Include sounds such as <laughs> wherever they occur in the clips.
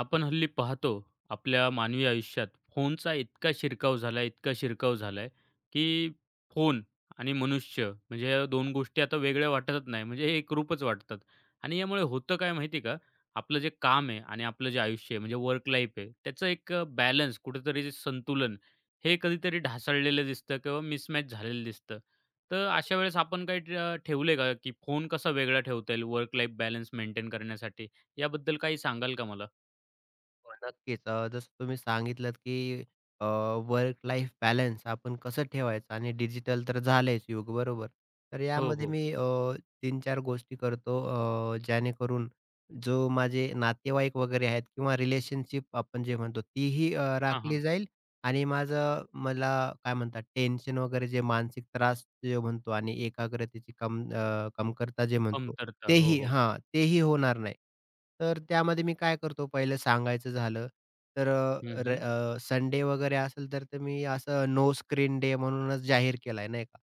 आपण हल्ली पाहतो आपल्या मानवी आयुष्यात फोनचा इतका शिरकाव झाला आहे, की फोन आणि मनुष्य म्हणजे या दोन गोष्टी आता वेगळ्या वाटतच नाही म्हणजे एक रूपच वाटतात आणि यामुळे होतं काय माहिती का? आपलं जे काम आहे आणि आपलं जे आयुष्य आहे म्हणजे वर्क लाईफ आहे त्याचं एक बॅलन्स कुठेतरी जे संतुलन हे कधीतरी ढासळलेलं दिसतं किंवा मिसमॅच झालेलं दिसतं. तर अशा वेळेस आपण काही ट ठेवलंय का, की फोन कसा वेगळा ठेवता येईल वर्क लाईफ बॅलन्स मेंटेन करण्यासाठी? याबद्दल काही सांगाल का मला? हो, नक्कीच. जसं तुम्ही सांगितलंत, की वर्क लाईफ बॅलन्स आपण कसं ठेवायचं आणि डिजिटल तर झालंच युग, बरोबर. तर हो, यामध्ये हो. मी 3-4 गोष्टी करतो जेणेकरून जो माझे नातेवाईक वगैरे आहेत किंवा रिलेशनशिप आपण जे म्हणतो, तीही हां, हां. राखली जाईल आणि माझं मला काय म्हणतात टेन्शन वगैरे जे मानसिक त्रास जे म्हणतो आणि एकाग्रतेची कमतरता जे म्हणतो, कमतरता. हो, तेही हो. हां, तेही होणार नाही. तर त्यामध्ये मी काय करतो पहिलं सांगायचं झालं, तर हं, हं. संडे वगैरे असेल तर ते मी असं नो स्क्रीन डे म्हणूनच जाहीर केलाय नाही का.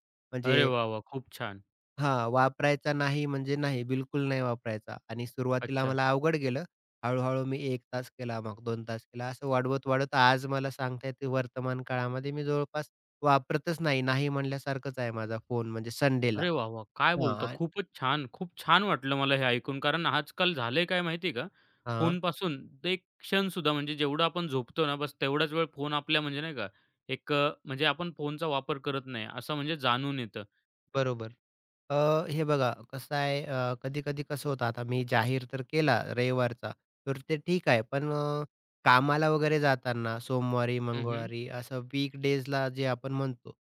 अरे म्हणजे वाह, वाह! खूप छान. हां, वापरायचा नाही म्हणजे नाही, बिलकुल नाही वापरायचा आणि सुरुवातीला अच्छा. मला अवघड गेलं. हळू-हळू मी 1 तास केला, मग 2 तास केला, असं वाढवत-वाढवत आज मला सांगता येते वर्तमान काळामध्ये मी जवळपास वापरतच नाही. नाही म्हणल्यासारखंच आहे माझा फोन म्हणजे संडेला. अरे वाह, वाह! काय बोलता? हां, खूपच छान. खूप छान वाटलं मला हे ऐकून. कारण आजकाल झालंय काय माहिती आहे का? हां, फोनपासून ते एक क्षणसुद्धा म्हणजे जेवढं आपण झोपतो ना, बस तेवढाच वेळ फोन आपल्या म्हणजे नाही का, म्हणजे आपण फोनचा वापर करत नाही असं म्हणजे जाणून येतं. बरोबर. अ, हे बघा कसं आहे कधी-कधी कसं होतं आता मी जाहीर तर केला रविवारचा, तर ते ठीक आहे. पण कामाला वगैरे जाताना सोमवारी, हं, हं. मंगळवारी असं वीक डेजला जे आपण म्हणतो,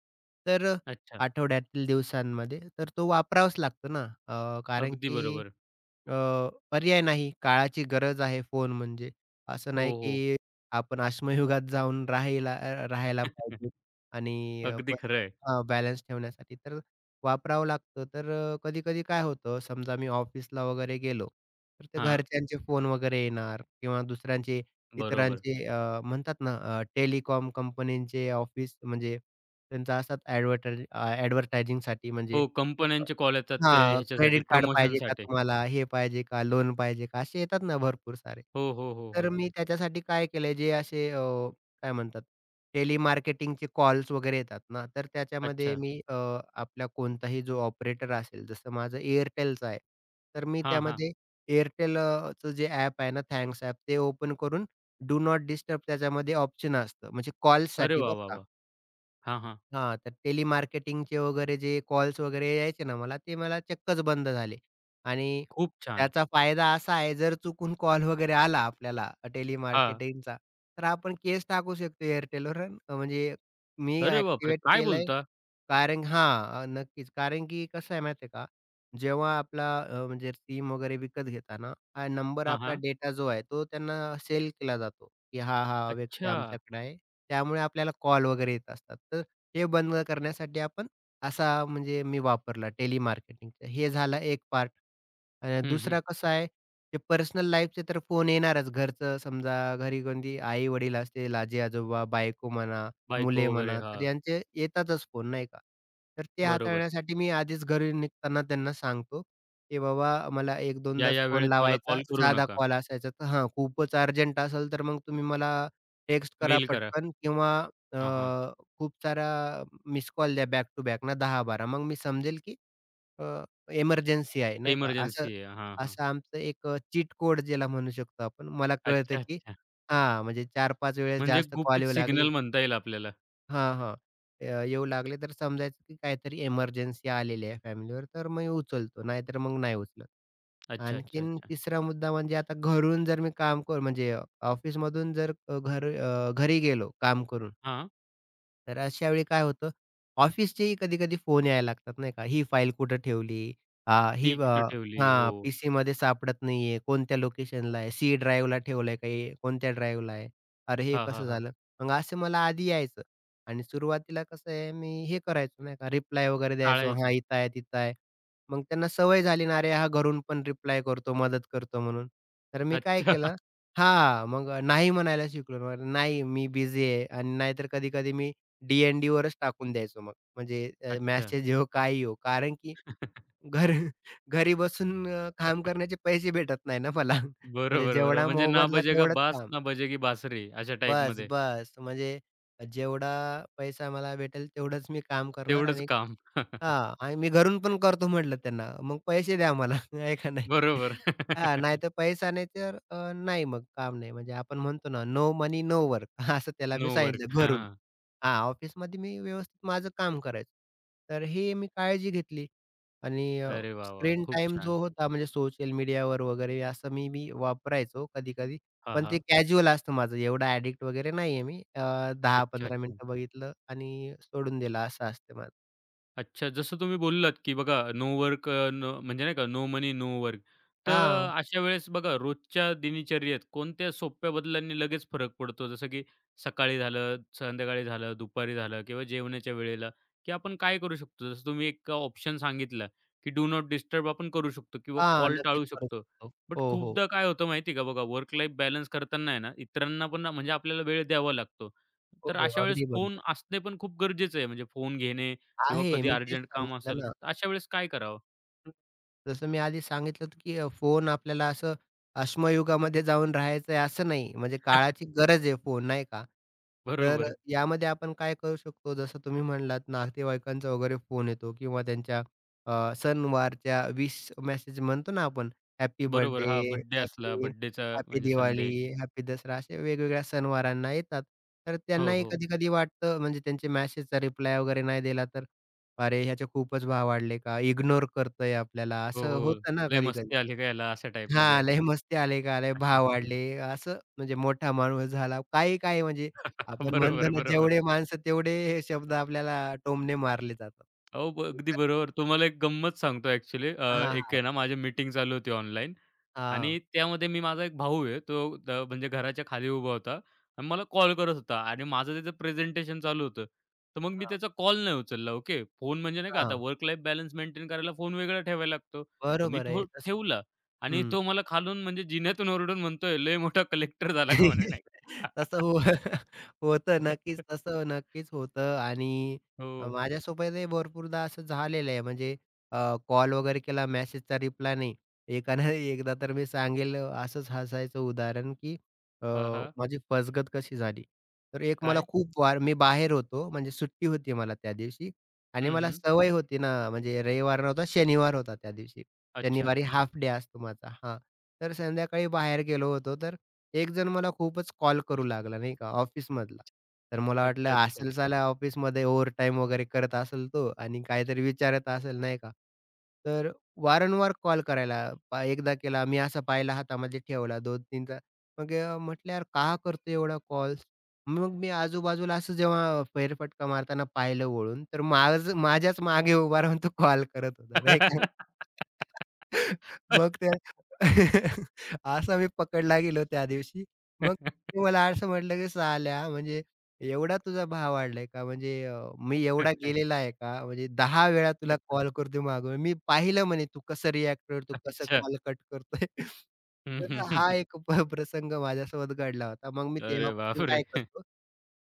तर अच्छा. आठवड्यातील दिवसांमध्ये तर तो वापरावाच लागतो ना. कारण अगदी की बरोबर. पर्याय नाही. काळाची गरज आहे फोन म्हणजे. असं हो, नाही हो. की आपण अश्मयुगात जाऊन राहायला पाहिजे <laughs> आणि अगदी पण खरं आहे. हां, बॅलन्स ठेवण्यासाठी तर वापरावं लागतं. तर कधी-कधी काय होतं, समजा मी ऑफिसला वगैरे गेलो, तर ते हां, घरच्यांचे फोन वगैरे येणार किंवा दुसऱ्यांचे बरोबर. इतरांचे म्हणतात ना टेलिकॉम कंपनीचे ऑफिस म्हणजे त्यांचा असतात ॲडव्हर्टायझिंगसाठी म्हणजे हो, कंपन्यांचे कॉल येतात ते हां, ह्याच्यासाठी क्रेडिट कार्ड पाहिजे का प्रमोशनसाठी. तुम्हाला? हे पाहिजे का? लोन पाहिजे का? असे येतात ना भरपूर सारे. हो, हो, हो, तर हो. मी त्याच्यासाठी काय केलंय, जे असे काय म्हणतात टेलिमार्केटिंगचे कॉल्स वगैरे येतात ना, तर त्याच्यामध्ये अच्छा. मी आपला कोणताही जो ऑपरेटर असेल, जसं माझं एअरटेलचं आहे, तर मी हां, हां. त्यामध्ये एअरटेलचं जे ॲप आहे ना, थँक्स ॲप ते ओपन करून डू नॉट डिस्टर्ब त्याच्यामध्ये ऑप्शन असतं, म्हणजे अरे कॉल्ससाठी वाह, बरं वाह, का. वाह! हां, हां. हां, तर टेलिमार्केटिंगचे वगैरे जे कॉल्स वगैरे यायचे ना मला, ते मला चक्कच बंद झाले. आणि खूप छान. त्याचा फायदा असा आहे, जर चुकून कॉल वगैरे आला आपल्याला हां. टेलिमार्केटिंगचा, तर आपण केस टाकू शकतो Airtelवर. म्हणजे मी अरे बापरे! ॲक्टिव्हेट काय केलंय बोलता? कारण हां, नक्कीच. कारण की कसं आहे माहिती आहे का, जेव्हा आपला म्हणजे सिम वगैरे विकत घेताना हा नंबर हां, आपला हां. डेटा जो आहे तो त्यांना सेल केला जातो, की हा, हा व्यक्ती अच्छा. आमच्याकडे आहे. त्यामुळे आपल्याला कॉल वगैरे येत असतात. तर हे बंद करण्यासाठी आपण असा म्हणजे मी वापरला टेलिमार्केटिंगचा. हे झाला एक पार्ट. आणि हं, हं. दुसरा कसा आहे, ते पर्सनल लाईफचे तर फोन येणारच. घरचं समजा घरी कोणती आई-वडील असतील, आजी-आजोबा, बायको म्हणा, बायको मुले वगैरे. म्हणा, तर हां. यांचे येतातच फोन नाही का. तर ते बरोबर. हाताळण्यासाठी मी आधीच घरी निघताना त्यांना सांगतो, की बाबा मला एक या, 2दाच या फोन वेळेत मला लावायचा, कॉल करू साधा नका. कॉल असायचा. तर हां, खूपच अर्जंट असेल तर मग तुम्ही मला टेक्स्ट करा मेल करा. पटकन किंवा अ, हां, हां. खूप सारा मिस कॉल द्या बॅक टू बॅक ना 10-12. मग मी समजेल की अ, एमर्जन्सी आहे नाही का? असं इमर्जन्सी आहे. हां, हां. असं आमचं एक चीट कोड ज्याला म्हणू शकतो आपण. मला कळतं अच्छा, की अच्छा. हां, म्हणजे चार पाच वेळेस म्हणजे जास्त कॉल गुपित येऊ लागले सिग्नल म्हणता येईल आपल्याला. हां, हां. येऊ लागले तर समजायचं की काहीतरी एमर्जन्सी आलेली आहे फॅमिलीवर, तर मग उचलतो, नाहीतर मग नाही उचलत. अच्छा, अच्छा, आणखीन अच्छा. तिसरा मुद्दा म्हणजे आता घरून जर मी काम करू म्हणजे ऑफिसमधून जर घरी गेलो काम करून, हां. तर अशा वेळी काय होतं, ऑफिसचेही कधी-कधी फोन यायला लागतात नाही का, ही फाईल कुठं ठेवली? आ, ती ही कुठे अ, ठेवली? हो. हां, पीसीमध्ये सापडत नाहीये, कोणत्या लोकेशनला आहे? सी ड्राईव्हला ठेवलंय का हे? कोणत्या ड्राईव्हला आहे? अरे, हे हां, हां, कसं हां. झालं? मग असं मला आधी यायचं आणि सुरुवातीला कसं आहे, मी हे करायचो नाही का, रिप्लाय वगैरे द्यायचो, हां, टाळायची. इथं आहे, तिथं आहे. मग त्यांना सवय झाली ना, अरे, हा घरून पण रिप्लाय करतो, मदत करतो म्हणून. तर मी काय अच्छा. केलं हां, मग नाही म्हणायला शिकलो. मग नाही, मी बिझी आहे आणि नाहीतर कधी-कधी मी डी-एन-डीवरच टाकून द्यायचो मग. म्हणजे अच्छा. मेसेज येवो, काय येवो. कारण की घर <laughs> घरी बसून काम करण्याचे पैसे भेटत नाही ना मला. <laughs> म्हणजे बरोबर, बरोबर. जेवढा म्हणजे ना मोबदला बजेगा तेवढंच बास, काम. ना बजेगी बासरी अशा बस, टाईपमध्ये. बस. म्हणजे जेवढा पैसा मला भेटेल तेवढंच मी काम करणार तेवढंच आणि काम. हां. आणि मी घरून पण करतो म्हटलं त्यांना. मग पैसे द्या मला. <laughs> आहे का नाही? बरोबर. <laughs> हां. <laughs> नाहीतर पैसा नाही तर नाही मग काम नाही. म्हणजे आपण म्हणतो ना, "नो मनी, नो वर्क." <laughs> असं त्याला नो मी वर्क. सांगितलं घरून. हां, हां, ऑफिसमध्ये मी व्यवस्थित माझं काम करायचो. तर हे मी काळजी घेतली आणि अरे वाह, वाह! स्क्रीन खूप टाईम छान. जो होता म्हणजे सोशल मीडियावर वगैरे असं मी मी वापरायचो कधी-कधी. हां, पण ते हां. कॅज्युअल असतं माझं एवढं ॲडिक्ट वगैरे नाहीये मी. अच्छा, 10-15 अच्छा. मिनिटं बघितलं आणि सोडून दिलं असं असतं माझं. अच्छा, जसं तुम्ही बोललात, की बघा नो वर्क अ, नो म्हणजे नाही का नो मनी नो वर्क. तर हां, अशा वेळेस बघा रोजच्या दिनचर्येत कोणत्या सोप्या बदलांनी लगेच फरक पडतो? जसं की सकाळी झालं, संध्याकाळी झालं, दुपारी झालं किंवा जेवणाच्या वेळेला, की आपण काय करू शकतो? जसं तुम्ही एक ऑप्शन सांगितला, की डू नॉट डिस्टर्ब आपण करू शकतो किंवा हां, कॉल नक्कीच टाळू करू शकतो. शकतो. बट हो, हो. खूपदा काय होतं माहिती आहे का बघा वर्क लाईफ बॅलन्स करताना आहे ना, इतरांना पण म्हणजे आपल्याला वेळ द्यावा लागतो. तर हो, अशा वेळेस अगदी फोन बरोबर. असणे पण खूप गरजेचं आहे. म्हणजे फोन घेणे किंवा आहे कधी मी तेच अर्जंट काम सांगितलं असेल, ना. तर अशा वेळेस काय करावं? जसं मी आधी सांगितलं होतं, की फोन आपल्याला असं अश्मयुगामध्ये जाऊन राहायचं आहे असं नाही. म्हणजे काळाची <laughs> गरज आहे फोन नाही का? तर बरोबर, यामध्ये आपण काय करू शकतो जसं तुम्ही म्हणलात नातेवाईकांचा वगैरे फोन येतो किंवा त्यांच्या सणवारच्या विश मेसेज म्हणतो ना आपण हॅपी बरोबर. हां, बर्थडे, बर्थडे असला, हॅपी बर्थडेचा हॅपी म्हणजे संदेश. दिवाळी, हॅपी दसरा असे वेगवेगळ्या सणवारांना येतात. तर हो, त्यांनाही हो. कधी-कधी वाटतं म्हणजे त्यांचे मेसेजचा रिप्लाय वगैरे नाही दिला तर अरे, ह्याचे खूपच भाव वाढले का? इग्नोर करतोय आपल्याला, हो, असं हो. होतं ना लय कधी-कधी. मस्ती आली का याला अशा टाईपमध्ये. हां, लय मस्ती आले का? लय भाव <laughs> वाढले, असं म्हणजे मोठा माणूस झाला. काही-काही म्हणजे आपण म्हणतो बरोबर, ना, बरोबर. जेवढे माणसं तेवढे हे शब्द आपल्याला टोमणे मारले जातात. अगदी बरोबर. तुम्हाला एक गंमत सांगतो ॲक्चुअली. हां, एक आहे ना माझी मीटिंग चालू होती ऑनलाईन आणि हां, त्यामध्ये मी माझा एक भाऊ आहे. तो म्हणजे घराच्या खाली उभा होता आणि मला कॉल करत होता आणि माझं त्याचं प्रेझेंटेशन चालू होतं. तर मग मी हां, त्याचा कॉल नाही उचलला. ओके. फोन म्हणजे नाही का आता हां, वर्क लाईफ बॅलन्स मेंटेन करायला फोन वेगळा ठेवायला लागतो. तर मी बरोबर तो आहे तसं. ठेवला आणि हं. तो मला खालून म्हणजे जिन्यातून ओरडून म्हणतोय, "लय मोठा कलेक्टर झाला का?" म्हणे नाही <laughs> का. तसं हो <laughs> होतं. <laughs> नक्कीच तसं नक्कीच होतं आणि हो. माझ्यासोबतही भरपूरदा असं झालेलं आहे. म्हणजे कॉल वगैरे केला, मेसेजचा रिप्लाय नाही. एकानं <laughs> एकदा तर मी सांगेल असंच हसायचं उदाहरण, की अ, हां, हां. माझी फसगत कशी झाली. तर एक मला काय? खूप वार मी बाहेर होतो, म्हणजे सुट्टी होती मला त्या दिवशी आणि हं, मला हं. सवय होती ना, म्हणजे रविवार नव्हता, शनिवार होता त्या दिवशी. अच्छा. शनिवारी हाल्फ डे असतो माझा. हां, तर संध्याकाळी बाहेर गेलो होतो. तर एक जण मला खूपच कॉल करू लागला नाही का ऑफिसमधला. तर मला वाटलं अच्छा, अच्छा. असेल साला ऑफिसमध्ये ओव्हरटाईम वगैरे करत असेल तो आणि काहीतरी विचारत असेल नाही का. तर वारंवार कॉल करायला पा एकदा केला मी असा पाहिला हातामध्ये ठेवला 2-3चा. मग म्हटलं यार का करतोय एवढा कॉल्स? मग मी आजूबाजूला असं जेव्हा फेरफटका मारताना पाहिलं वळून तर माझ्याच मागे उभा राहून तो कॉल करत होता नाही का. मग <laughs> त्या <laughs> असा मी पकडला गेलो त्या दिवशी. मग ते मला असं म्हटलं, की "साल्या म्हणजे एवढा तुझा भाव वाढलाय का? म्हणजे मी एवढा गेलेला आहे का? म्हणजे 10 वेळा तुला कॉल करतो मागून. मी पाहिलं" म्हणे, "तू कसं रिएक्ट करतो, कसं अच्छा. कॉल कट करतोय." <laughs> हं, तर हं, हा हं. एक प्रसंग माझ्यासोबत घडला होता. मग मी अरे तेव्हापासून बापरे! काय करतो,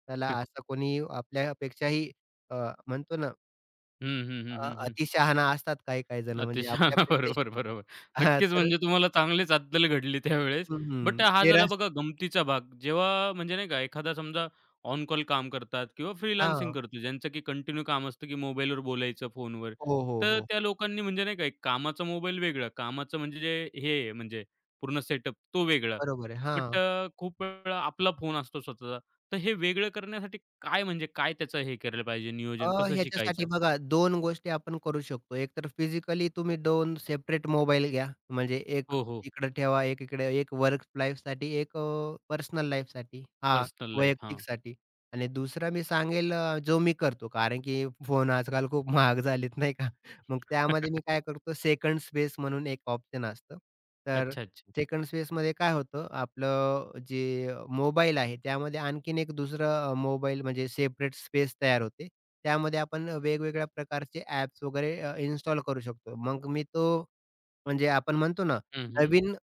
त्याला असं कोणी आपल्यापेक्षाही अ, म्हणतो ना हं, हं, हं, हं, हं. अतिशहाणा असतात काही-काही जण म्हणजे अतिशहाणा. <laughs> आपल्यापेक्षा बरोबर, बरोबर. नक्कीच म्हणजे <laughs> तुम्हाला चांगलीच अद्दल घडली त्यावेळेस. हं, हं. बट हा चेहरा झाला बघा गमतीचा भाग. जेव्हा म्हणजे नाही का एखादा समजा ऑन कॉल काम करतात किंवा फ्रीलान्सिंग हां. करतो ज्यांचं की कंटिन्यू काम असतं की मोबाईलवर बोलायचं फोनवर. हो, हो, तर हो. त्या लोकांनी म्हणजे नाही का एक कामाचा मोबाईल वेगळा, कामाचं म्हणजे जे हे आहे म्हणजे पूर्ण सेटअप तो वेगळा. बरोबर आहे. बट हां. खूप वेळा आपला फोन असतो स्वतःचा. तर हे वेगळं करण्यासाठी काय म्हणजे काय त्याचं हे केलं पाहिजे नियोजन कसं शिकायचं? ह्याच्यासाठी बघा 2 गोष्टी आपण करू शकतो. एकतर फिजिकली तुम्ही दोन सेपरेट मोबाईल घ्या. म्हणजे एक हो, हो. इकडे ठेवा, एक इकडे, एक वर्क लाईफसाठी, एक पर्सनल लाईफसाठी. हां, पर्सनल लाईफ. हां. वैयक्तिकसाठी. आणि दुसरा मी सांगेल जो मी करतो. कारण की फोन आजकाल खूप महाग झालेत नाही का? मग त्यामध्ये मी <laughs> काय करतो सेकंड स्पेस म्हणून एक ऑप्शन असतं. तर अच्छा, अच्छा. सेकंड स्पेसमध्ये काय होतं आपलं जे मोबाईल आहे त्यामध्ये आणखीन एक दुसरं मोबाईल म्हणजे सेपरेट स्पेस तयार होते. त्यामध्ये आपण वेगवेगळ्या प्रकारचे ॲप्स वगैरे इन्स्टॉल करू शकतो. मग मी तो म्हणजे आपण म्हणतो ना, हं, हं. नवीन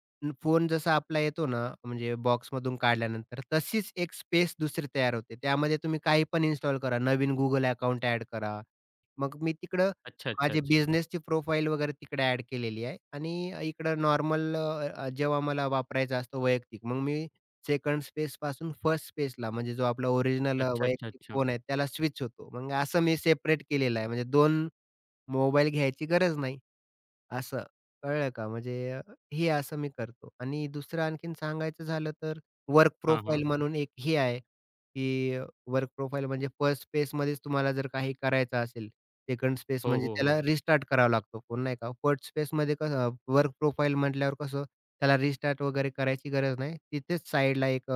फोन जसा आपला येतो ना, म्हणजे बॉक्समधून काढल्यानंतर तशीच एक स्पेस दुसरी तयार होते. त्यामध्ये तुम्ही काही पण इन्स्टॉल करा. नवीन Google अकाउंट ॲड करा मग मी तिकडं अच्छा, अच्छा, माझी अच्छा. बिझनेसची प्रोफाईल वगैरे तिकडे ॲड केलेली आहे आणि इकडं नॉर्मल जेव्हा मला वापरायचा असतो वैयक्तिक, मग मी सेकंड स्पेसपासून फर्स्ट स्पेसला म्हणजे जो आपला ओरिजिनल अच्छा, अच्छा, वैयक्तिक अच्छा. फोन आहे त्याला स्विच होतो. मग असं मी सेपरेट केलेलं आहे. म्हणजे 2 मोबाईल घ्यायची गरज नाही. असं, कळलं का? म्हणजे हे असं मी करतो आणि दुसरं आणखीन सांगायचं झालं तर वर्क हां, हां. प्रोफाइल म्हणून एक हे आहे, की वर्क प्रोफाइल म्हणजे फर्स्ट स्पेसमध्येच तुम्हाला जर काही करायचं असेल, सेकंड स्पेस हो, म्हणजे हो, हो. त्याला रिस्टार्ट करावा लागतो फोन नाही का? फर्स्ट स्पेसमध्ये कसं वर्क प्रोफाइल म्हटल्यावर कसं त्याला रिस्टार्ट वगैरे करायची गरज नाही. तिथेच साइडला एक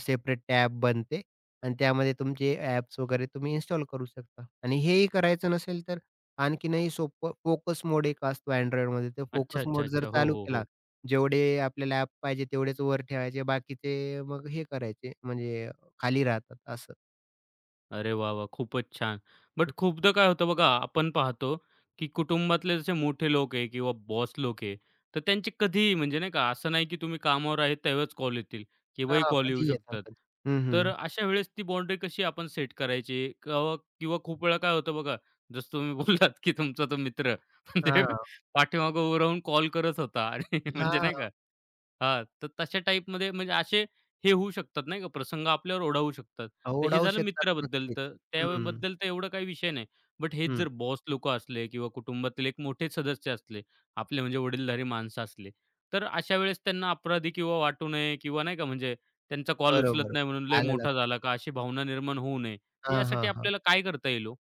सेपरेट टॅब बनते आणि त्यामध्ये तुमचे ॲप्स वगैरे तुम्ही इन्स्टॉल करू शकता आणि हेही करायचं नसेल तर आणखीनही सोपं फोकस मोड एक असतो Androidमध्ये. ते अच्छा, फोकस अच्छा, मोड जर अच्छा. हो, चालू हो, केला, हो. जेवढे आपल्याला ॲप पाहिजे तेवढेच वर ठेवायचे. बाकीचे मग हे करायचे म्हणजे खाली राहतात असं. अरे वाह, वाह! खूपच छान. बट हं. खूपदा काय होतं बघा, आपण पाहतो, की कुटुंबातले जसे मोठे लोक आहे किंवा बॉस लोक आहे, तर त्यांची कधीही म्हणजे नाही का, असं नाही की तुम्ही कामावर आहेत त्यावेळेस कॉल येतील, केव्हाही हां, कॉल येऊ कधीही येतात शकतात. कधी. हं, तर हं. अशा वेळेस ती बाउंडरी कशी आपण सेट करायची? किंवा खूप वेळा काय होतं बघा, जसं तुम्ही <laughs> बोललात की तुमचा तो मित्र <laughs> म्हणजे हां, पाठीमागं उभं राहून कॉल करत होता आणि <laughs> म्हणजे हां. नाही का हां, तर तशा टाईपमध्ये म्हणजे असे हे होऊ शकतात नाही का, प्रसंग आपल्यावर ओढावू शकतात. तर हे अवडावू झालं शकतात मित्राबद्दल नक्कीच. तर हं, त्याबद्दल तर एवढं काही विषय नाही. बट हेच हं. जर बॉस लोकं असले किंवा कुटुंबातील एक मोठे सदस्य असले, आपले म्हणजे वडीलधारी माणसं असले, तर अशा वेळेस त्यांना अपराधी किंवा वाटू नये किंवा नाही का म्हणजे त्यांचा कॉल बरोबर. उचलत नाही म्हणून लय आलं मोठा लक्षात. झाला का अशी भावना निर्माण होऊ नये. तर हां, हां, यासाठी हां. आपल्याला काय करता येईल ओ?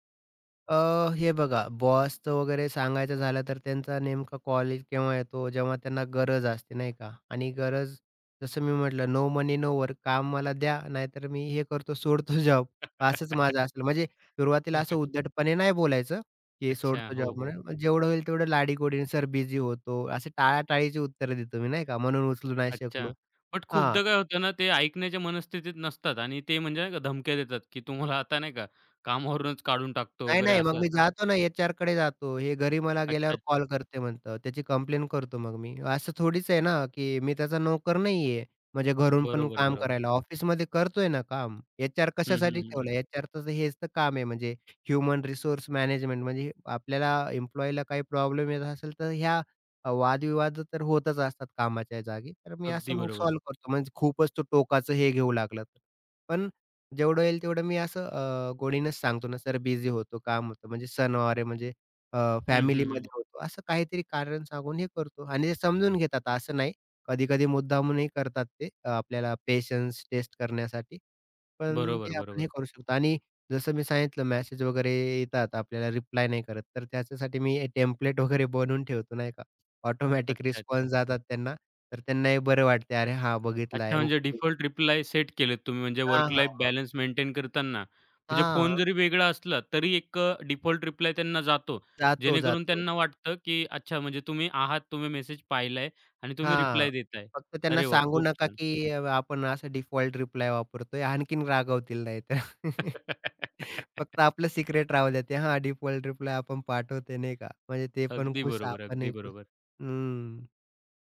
अ, हे बघा बॉसचं वगैरे सांगायचं झालं तर त्यांचा नेमका कॉल केव्हा येतो जेव्हा त्यांना गरज असते नाही का? आणि गरज जसं मी म्हटलं नो मनी नो वर्क काम मला द्या नाहीतर मी हे करतो सोडतो जॉब असंच माझं <laughs> असलं. म्हणजे सुरुवातीला असं उद्धटपणे नाही बोलायचं, की अच्छा. सोडतो हो, जॉब हो. म्हणून मग जेवढं होईल तेवढं लाडी सर बिझी होतो. असे टाळाटाळीची उत्तरं देतो मी नाही का म्हणून उचलू नाही अच्छा. शकलो. बट हां. खूपदा काय होतं ना, ते ऐकण्याच्या मनस्थितीत नसतात आणि ते म्हणजे नाही का धमक्या देतात, की तुम्हाला आता नाही का कामावरूनच काढून टाकतो नाही, वगैरे नाही. मग असं. मी आता- जातो ना एचआरकडे जातो. हे घरी मला अच्छा, गेल्यावर अच्छा. कॉल करते म्हणतं. त्याची कंप्लेन करतो मग मी. असं थोडीच आहे ना, की मी त्याचा नोकर नाहीये. म्हणजे घरून पण बरोबर, काम बरोबर. करायला. ऑफिसमध्ये करतोय ना काम. एचआर हं, हं, कशासाठी हं, हं. ठेवलं? एचआरचं हेच तर काम आहे म्हणजे ह्युमन रिसोर्स मॅनेजमेंट म्हणजे आपल्याला एम्प्लॉयीला काही प्रॉब्लेम येत असेल तर ह्या वादविवाद तर होतच असतात कामाच्या जागी. तर मी अगदी असं मग बरोबर. सॉल्व्ह करतो. म्हणजे खूपच तो टोकाचं हे घेऊ लागला तर. पण जेवढं होईल तेवढं मी असं गोडीनच सांगतो ना, "सर बिझी होतो, काम होतं." म्हणजे सणवार आहे म्हणजे अ, हं, हं, हं. फॅमिलीमध्ये होतो. असं काहीतरी कारण सांगून हे करतो आणि ते समजून घेतात. असं नाही, कधी-कधी मुद्दामूनही करतात ते आपल्याला पेशन्स टेस्ट करण्यासाठी. पण बरोबर, ते आपण हे बरोबर. करू शकतो आणि जसं मी सांगितलं मेसेज वगैरे येतात, आपल्याला रिप्लाय नाही करत, तर त्याच्यासाठी मी टेम्प्लेट <laughs> वगैरे बनवून ठेवतो नाही का. ऑटोमॅटिक अच्छा, अच्छा. रिस्पॉन्स जातात त्यांना, तर त्यांनाही बरं वाटते. "अरे हां, अच्छा बघितलाय. म्हणजे ओके." डिफॉल्ट रिप्लाय सेट केलेत तुम्ही म्हणजे हां, वर्क हां, लाईफ हां. बॅलन्स मेंटेन करताना. म्हणजे फोन हां. जरी वेगळा असला तरी एक डिफॉल्ट रिप्लाय त्यांना जातो. जातो, जेणेकरून जातो. त्यांना वाटतं, की अच्छा म्हणजे तुम्ही आहात, तुम्ही मेसेज पाहिलाय आणि तुम्ही हां. रिप्लाय देताय. फक्त त्यांना अरे वाह! सांगू खूप नका, छान. की आपण असा डिफॉल्ट रिप्लाय वापरतोय. आणखीन रागवतील नाहीतर. <laughs> फक्त आपलं सिक्रेट राहू द्या. ते हां, डिफॉल्ट रिप्लाय आपण पाठवतोय नाही का? म्हणजे ते पण अगदी खुश, बरोबर, अगदी आपणही खुश. बरोबर. हं.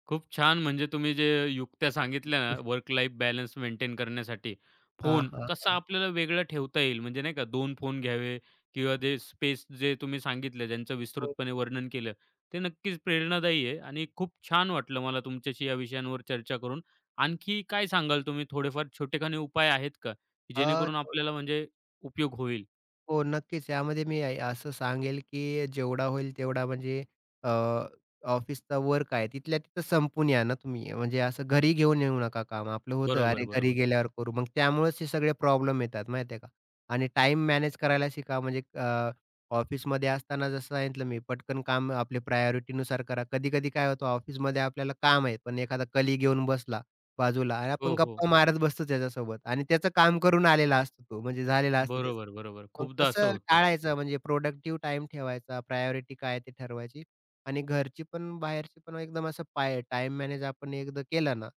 खूप छान. म्हणजे तुम्ही जे युक्त्या सांगितल्या ना, वर्क लाईफ बॅलन्स मेंटेन करण्यासाठी. हां, फोन हां, कसा हां. आपल्याला वेगळा ठेवता येईल, म्हणजे नाही का दोन फोन घ्यावे किंवा जे स्पेस जे तुम्ही सांगितलं, ज्यांचं हो. विस्तृतपणे वर्णन केलं, ते नक्कीच प्रेरणादायी आहे आणि खूप छान वाटलं मला तुमच्याशी या विषयांवर चर्चा करून. आणखी काय सांगाल तुम्ही थोडेफार छोटेखानी उपाय आहेत का? की हां, जेणेकरून छो आपल्याला म्हणजे उपयोग होईल? हो, नक्कीच. यामध्ये मी असं सांगेल, की जेवढा होईल तेवढा म्हणजे अ, ऑफिसचा वर्क आहे, तिथल्या तिथं संपवून या ना तुम्ही. म्हणजे असं घरी घेऊन येऊ नका काम. आपलं होतं, बरोबर, अरे घरी बरोबर. गेल्यावर करू. मग त्यामुळेच हे सगळे प्रॉब्लेम येतात माहिती आहे का? आणि टाईम मॅनेज करायला शिका. म्हणजे ऑफिसमध्ये असताना जसं सांगितलं मी, पटकन काम आपले प्रायोरिटीनुसार करा. कधी-कधी काय होतं, ऑफिसमध्ये आपल्याला काम आहे, पण एखादा कलीग येऊन बसला बाजूला आणि हो, आपण हो. गप्पा मारत बसतो त्याच्यासोबत आणि त्याचं काम करून आलेला असतो तो, म्हणजे झालेला असतो त्याचं. बरोबर, बरोबर. मग खूपदा असं कसं होतं. टाळायचं म्हणजे प्रोडक्टिव्ह टाईम ठेवायचा, प्रायोरिटी काय ते ठरवायची आणि घरची पण बाहेरची पण एकदम असं पाय टाईम मॅनेज आपण एकदा केलं ना,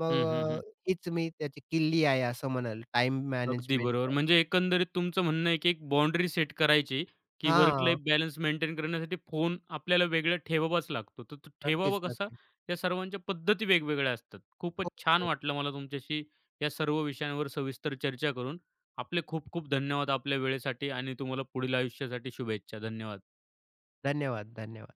मग हं, हं, हं. हीच मी त्याची किल्ली आहे असं म्हणाल टाईम अगदी मॅनेजमेंट. बरोबर. म्हणजे एकंदरीत तुमचं म्हणणं आहे, की एक बाउंडरी सेट करायची, की वर्क हां, लाईफ बॅलन्स मेंटेन करण्यासाठी फोन आपल्याला वेगळा ठेवावाच लागतो. तर तो ठेवावा नक्कीच, कसा? नक्कीच. या सर्वांच्या पद्धती वेगवेगळ्या असतात. खूपच हो, छान हो. वाटलं मला तुमच्याशी या सर्व विषयांवर सविस्तर चर्चा करून. आपले खूप खूप धन्यवाद आपल्या वेळेसाठी आणि तुम्हाला पुढील आयुष्यासाठी शुभेच्छा. धन्यवाद. धन्यवाद, धन्यवाद.